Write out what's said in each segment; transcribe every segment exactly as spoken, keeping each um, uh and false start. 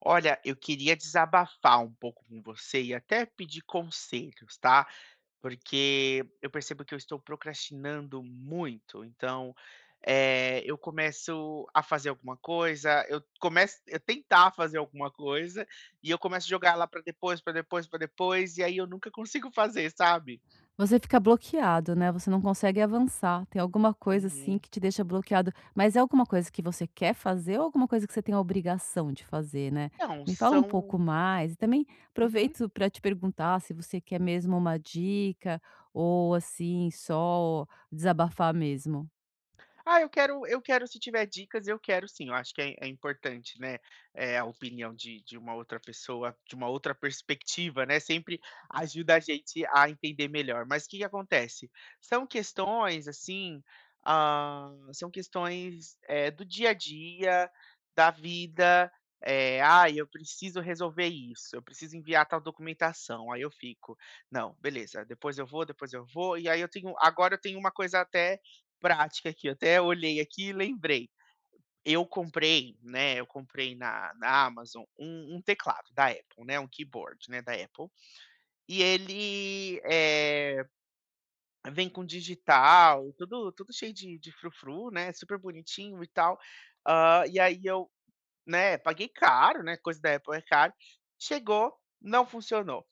Olha, eu queria desabafar um pouco com você e até pedir conselhos, tá? Porque eu percebo que eu estou procrastinando muito. Então, eh, eu começo a fazer alguma coisa, eu começo a tentar fazer alguma coisa e eu começo a jogar lá para depois, para depois, para depois, e aí eu nunca consigo fazer, sabe? Você fica bloqueado, né, você não consegue avançar, tem alguma coisa, assim, Uhum. que te deixa bloqueado. Mas é alguma coisa que você quer fazer ou alguma coisa que você tem a obrigação de fazer, né? Então, Me fala um são. pouco mais e também Uhum. aproveito para te perguntar se você quer mesmo uma dica ou, assim, só desabafar mesmo. Ah, eu quero eu quero se tiver dicas, eu quero sim, eu acho que é é importante, né. É a opinião de de uma outra pessoa, de uma outra perspectiva, né, sempre ajuda a gente a entender melhor. Mas o que que acontece? São questões, assim, ah, são questões, eh, do dia a dia, da vida, eh, "Ai, eu preciso resolver isso, eu preciso enviar tal documentação". Aí eu fico: "Não, beleza, depois eu vou, depois eu vou", e aí eu tenho agora eu tenho uma coisa até prática aqui, eu até olhei aqui e lembrei. Eu comprei, né? Eu comprei na, na Amazon um, um teclado da Apple, né? Um keyboard, né? Da Apple. E ele é, vem com digital, tudo, tudo cheio de, de frufru, né? Super bonitinho e tal. Ah, e aí eu né, paguei caro, né, coisa da Apple é caro. Chegou, não funcionou.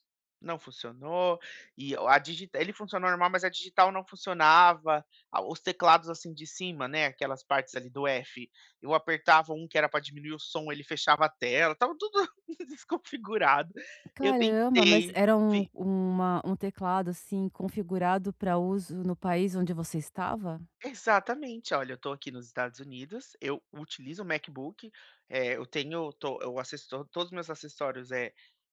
Não funcionou, e a digital ele funcionou normal, mas a digital não funcionava, a os teclados, assim, de cima, né, aquelas partes ali do F, eu apertava um que era para diminuir o som, ele fechava a tela, estava tudo desconfigurado. Eu Caramba, mas tentei. era um uma um teclado, assim, configurado para uso no país onde você estava? Exatamente. Olha, eu estou aqui nos Estados Unidos, eu utilizo o MacBook, eh, eu tenho to eu acessor todos os meus acessórios é,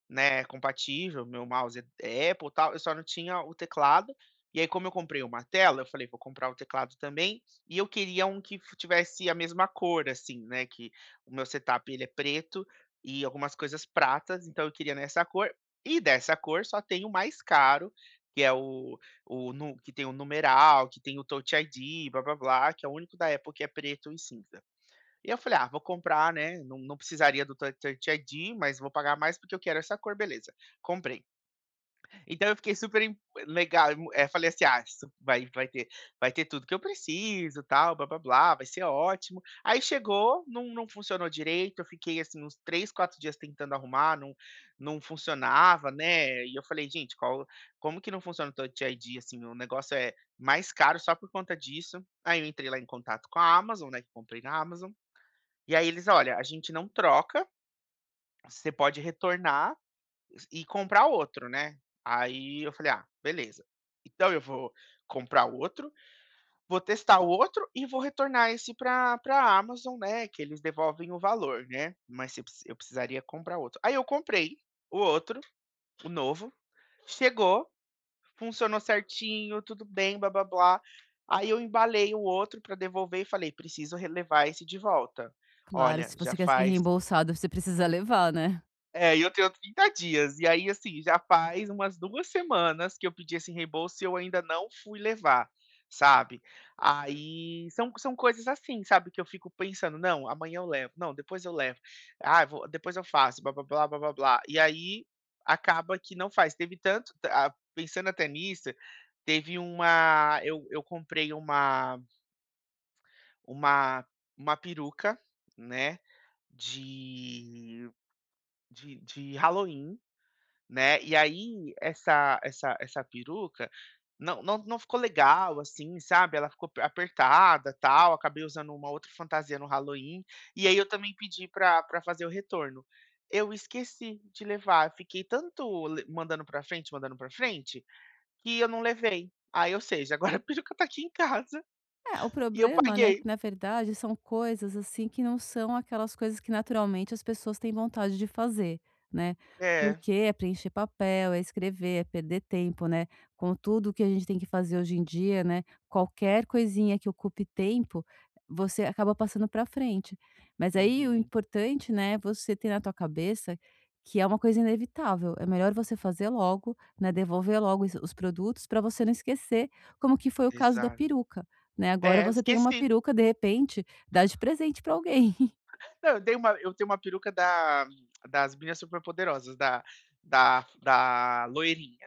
né, compatível, meu mouse é é Apple, e tal, eu só não tinha o teclado, e aí como eu comprei uma tela, eu falei: "Vou comprar o teclado também", e eu queria um que f tivesse a mesma cor, assim, né, que o meu setup ele é preto e algumas coisas pratas, então eu queria nessa cor, e dessa cor só tem o mais caro, que é o o nu que tem o numeral, que tem o Touch I D, blá blá blá, que é o único da Apple que é preto e cinza. E eu falei: "Ah, vou comprar, né, não não precisaria do Tou- Touch I D, mas vou pagar mais porque eu quero essa cor, beleza". Comprei. Então eu fiquei super em- legal, eh, falei assim: "Ah, isso vai vai ter vai ter tudo que eu preciso, tal, blá blá blá, vai ser ótimo". Aí chegou, não não funcionou direito, eu fiquei, assim, uns três, quatro dias tentando arrumar, não não funcionava, né, e eu falei: "Gente, qual, como que não funciona o Touch I D, assim, o negócio é mais caro só por conta disso". Aí eu entrei lá em contato com a Amazon, né, que comprei na Amazon, e aí eles: "Olha, a gente não troca, você pode retornar, e comprar outro, né". Aí eu falei: "Ah, beleza. Então eu vou comprar outro, vou testar o outro e vou retornar esse para a Amazon, né, que eles devolvem o valor, né, mas você preci eu precisaria comprar outro". Aí eu comprei o outro, o novo, chegou, funcionou certinho, tudo bem, blá-blá-blá. Aí eu embalei o outro para devolver e falei: "Preciso re esse de volta". Claro, Olha, se já você quer ser faz. reembolsado, você precisa levar, né? É, e eu tenho trinta dias. E aí, assim, já faz umas duas semanas que eu pedi esse reembolso e eu ainda não fui levar, sabe. Aí são são coisas assim, sabe, que eu fico pensando: "Não, amanhã eu levo. Não, depois eu levo. Ah, eu vou depois eu faço, blá-blá-blá, blá-blá-blá". E aí acaba que não faz. Teve tanto ah, pensando até nisso, teve uma eu eu comprei uma uma uma peruca, né, de de de Halloween. Né, e aí essa essa essa peruca não não não ficou legal, assim, sabe, ela ficou apertada, tal, acabei usando uma outra fantasia no Halloween, e aí eu também pedi pra pra fazer o retorno. Eu esqueci de levar, fiquei tanto le mandando pra frente, mandando pra frente, que eu não levei. Aí, ou seja, agora a peruca tá aqui em casa É, o e eu problema, né, paguei. que na verdade são coisas, assim, que não são aquelas coisas que naturalmente as pessoas têm vontade de fazer, né. É. Porque é preencher papel, é escrever, é perder tempo, né, com tudo que a gente tem que fazer hoje em dia, né, qualquer coisinha que ocupe tempo, você acaba passando para frente. Mas aí o Uhum. importante, né, é você ter na tua cabeça que é uma coisa inevitável, é melhor você fazer logo, né, devolver logo os os produtos para você não esquecer, como que foi o caso da Exato. peruca. Né, agora É, você tem uma esqueci. peruca, de repente, dá de presente pra alguém. Não, eu dei uma eu tenho uma peruca da das Meninas Superpoderosas, da da da loirinha.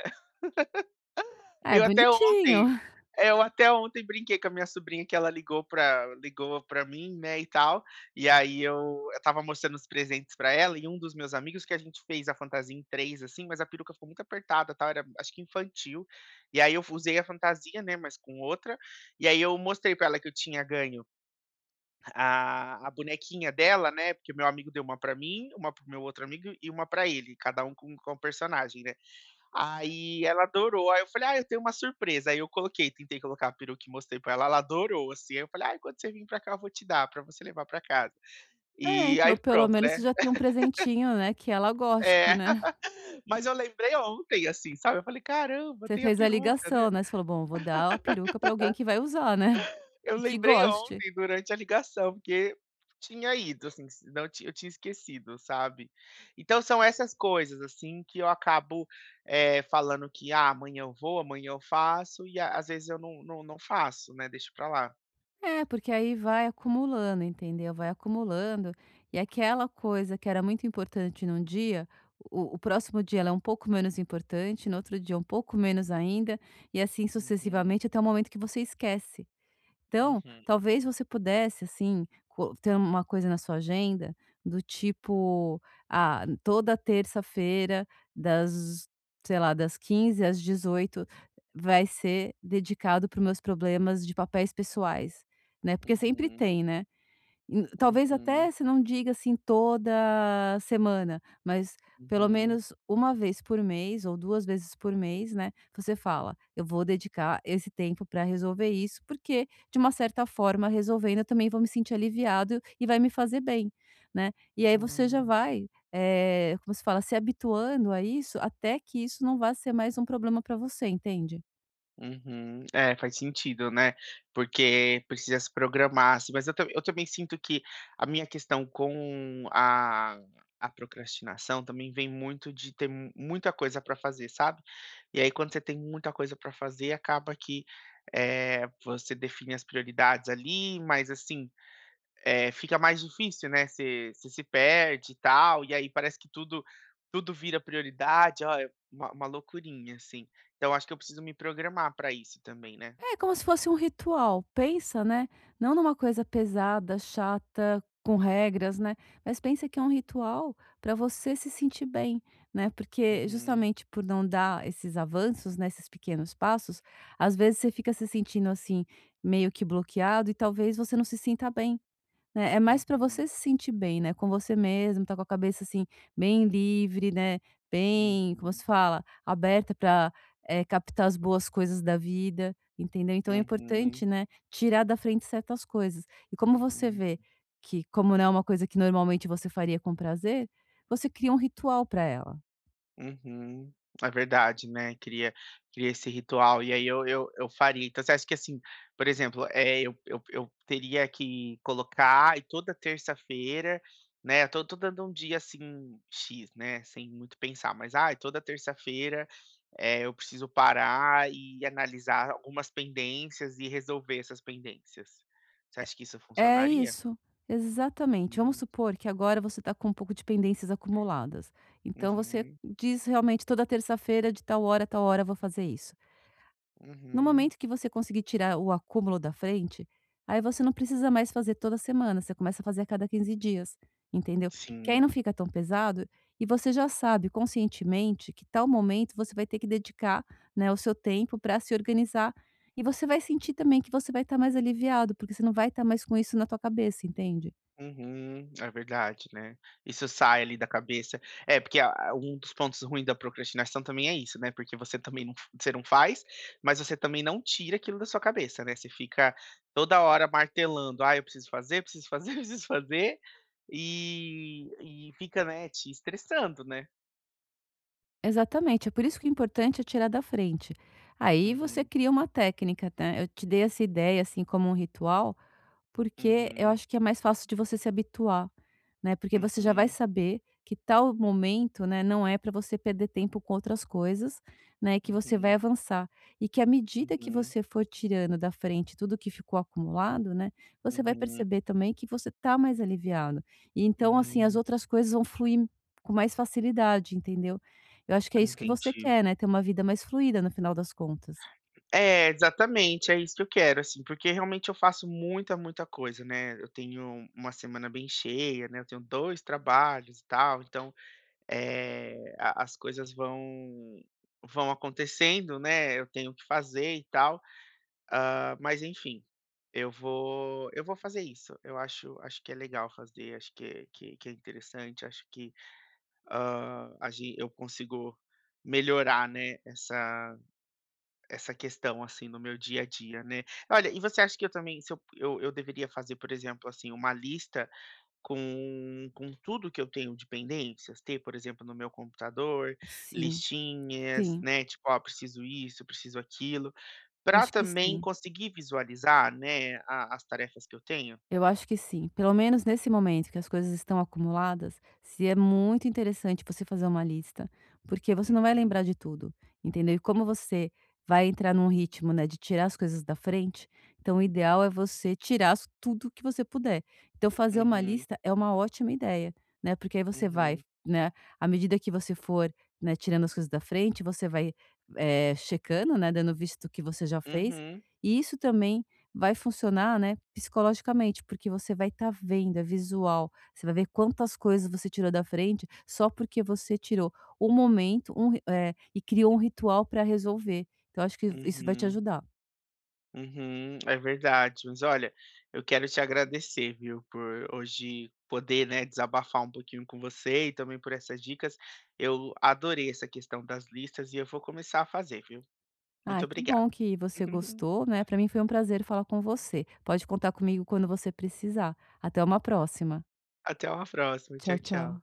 Ah, é Eu até ontem bonitinho. é, eu até ontem brinquei com a minha sobrinha, que ela ligou pra ligou pra mim, né, e tal, e aí eu eu estava mostrando os presentes pra ela e um dos meus amigos que a gente fez a fantasia em três, assim, mas a peruca ficou muito apertada, tal, era acho que infantil, e aí eu usei a fantasia, né, mas com outra, e aí eu mostrei pra ela que eu tinha ganho a, a bonequinha dela, né? Porque o meu amigo deu uma pra mim, uma pro meu outro amigo e uma pra ele, cada um com, com um personagem, né? Aí ela adorou. Aí eu falei, ah, eu tenho uma surpresa. Aí eu coloquei, tentei colocar a peruca e mostrei pra ela, ela adorou, assim. Aí eu falei, ah, quando você vir pra cá, eu vou te dar, pra você levar pra casa. É, E aí então pelo pronto, menos né? você já tem um presentinho, né, que ela goste, É, né. mas eu lembrei ontem, assim, sabe? Eu falei, caramba, Você tem a fez a peruca, né? ligação, né, você falou: "Bom, vou dar a peruca pra alguém que vai usar, né, Eu e que lembrei goste". ontem durante a ligação, porque tinha ido, assim, se não ti eu tinha esquecido, sabe. Então são essas coisas, assim, que eu acabo, eh, falando que: "Ah, amanhã eu vou, amanhã eu faço", e a às vezes eu não não não faço, né, deixo pra lá. É, porque aí vai acumulando, entendeu, vai acumulando, e aquela coisa que era muito importante num dia, o o próximo dia ela é um pouco menos importante, no outro dia um pouco menos ainda, e assim Uhum, sucessivamente até o momento que você esquece. Então, uhum, talvez você pudesse, assim, co ter uma coisa na sua agenda do tipo, ah, toda terça-feira das, sei lá, das quinze às dezoito vai ser dedicado para os meus problemas de papéis pessoais, né, porque sempre uhum, tem, né. Hum, talvez uhum, até você não diga assim toda semana, mas pelo uhum. menos uma vez por mês ou duas vezes por mês, né, você fala: "Eu vou dedicar esse tempo para resolver isso, porque de uma certa forma resolvendo eu também vou me sentir aliviado e vai me fazer bem", né. E aí você já Hum. vai, eh, como se fala, se habituando a isso até que isso não vá ser mais um problema para você, entende? Uhum. É, faz sentido, né, porque precisa se programar, assim, mas eu tam eu também sinto que a minha questão com a a procrastinação também vem muito de ter mu- muita coisa para fazer, sabe. E aí quando você tem muita coisa para fazer acaba que, é você define as prioridades ali, mas assim, eh, fica mais difícil, né, você você se perde e tal, e aí parece que tudo tudo vira prioridade, ó, é uma uma loucurinha, assim. Então acho que eu preciso me programar para isso também, né. É como se fosse um ritual, pensa, né, não numa coisa pesada, chata, com regras, né, mas pensa que é um ritual para você se sentir bem, né, porque Uhum, justamente por não dar esses avanços, né, esses pequenos passos, às vezes você fica se sentindo, assim, meio que bloqueado e talvez você não se sinta bem. Né, é mais para você uhum, se sentir bem, né, com você mesmo, tá com a cabeça, assim, bem livre, né, bem, como uhum, se fala, aberta para captar as boas coisas da vida, entendeu. Então é uhum, importante, né, tirar da frente certas coisas. E como você uhum. vê que, como não é uma coisa que normalmente você faria com prazer, você cria um ritual para ela. Uhum. É verdade, né, cria cria esse ritual e aí eu eu eu faria. Então você acha que, assim, por exemplo, é eu eu eu teria que colocar e toda terça-feira, né. Eu tô tô dando um dia, assim, "X", né, sem muito pensar, mas, ai, toda terça-feira, é eu preciso parar e analisar algumas pendências e resolver essas pendências. Você acha que isso É funcionaria? isso, exatamente. Vamos Uhum, supor que agora você está com um pouco de pendências acumuladas, então você uhum, diz realmente: "Toda terça-feira de tal hora a tal hora eu vou fazer isso". No uhum, momento que você conseguir tirar o acúmulo da frente, aí você não precisa mais fazer toda semana, você começa a fazer a cada quinze dias, entendeu? Que aí não sim. fica tão pesado e você já sabe conscientemente que tal momento você vai ter que dedicar, né, o seu tempo para se organizar e você vai sentir também que você vai estar mais aliviado, porque você não vai estar mais com isso na tua cabeça, entende? Uhum, é verdade, né. Isso sai ali da cabeça. É, porque a a um dos pontos ruins da procrastinação também é isso, né, porque você também não f você não faz, mas você também não tira aquilo da sua cabeça, né, você fica toda hora martelando: "Ah, eu preciso fazer, preciso fazer, preciso fazer", e e fica, né, te estressando, né. Exatamente, é por isso que o importante é tirar da frente. Aí você Uhum, cria uma técnica, né? Eu te dei essa ideia assim como um ritual. Porque eu uhum, acho que é mais fácil de você se habituar, né, porque você já vai uhum, saber que tal momento, né, não é para você perder tempo com outras coisas, né, que você vai uhum, avançar. E que à medida que uhum, você for tirando da frente tudo que ficou acumulado, né, você vai uhum, uhum. perceber também que você tá mais aliviado. E então, assim, as Hum, outras coisas vão fluir com mais facilidade, entendeu. Eu acho que é isso que você entendi. quer, né, ter uma vida mais fluida no final das contas. É, exatamente, é isso que eu quero, assim, porque realmente eu faço muita, muita coisa, né. Eu tenho uma semana bem cheia, né, eu tenho dois trabalhos e tal, então, eh, a as coisas vão vão acontecendo, né, eu tenho que fazer e tal. Hã, mas enfim, eu vou eu vou fazer isso. Eu acho Acho que é legal fazer, acho que é que que é interessante, acho que, hã, a gen eu consigo melhorar, né, essa essa questão, assim, no meu dia a dia, né. Olha, e você acha que eu também se eu eu eu deveria fazer, por exemplo, assim, uma lista com com tudo que eu tenho de pendências? Ter, por exemplo, no meu computador, Sim, listinhas, sim, né, tipo: "Ó, preciso isso, preciso aquilo", para acho que também sim. conseguir visualizar, né, a as tarefas que eu tenho? Eu acho que sim. Pelo menos nesse momento que as coisas estão acumuladas, se é muito interessante você fazer uma lista, porque você não vai Uhum, lembrar de tudo, entendeu? E como você vai entrar num ritmo, né, de tirar as coisas da frente, então o ideal é você tirar as- tudo que você puder. Então fazer uma uhum, lista é uma ótima ideia, né? Porque aí você vai, uhum, né, à medida que você for, né, tirando as coisas da frente, você vai eh, checando, né, dando visto do que você já fez, uhum, e isso também vai funcionar, né, psicologicamente, porque você vai estar vendo, é visual. Você vai ver quantas coisas você tirou da frente só porque você tirou um momento um ri eh, e criou um ritual para resolver. Então acho que isso vai te uhum. ajudar. Uhum, é verdade. Mas olha, eu quero te agradecer, viu, por hoje poder, né, desabafar um pouquinho com você e também por essas dicas. Eu adorei essa questão das listas e eu vou começar a fazer, viu? Muito Ah, que obrigado. bom que você gostou, né. Para mim foi um prazer falar com você. Pode contar comigo quando você precisar. Até uma próxima. Até uma próxima. Tchau, Tchau, tchau. tchau.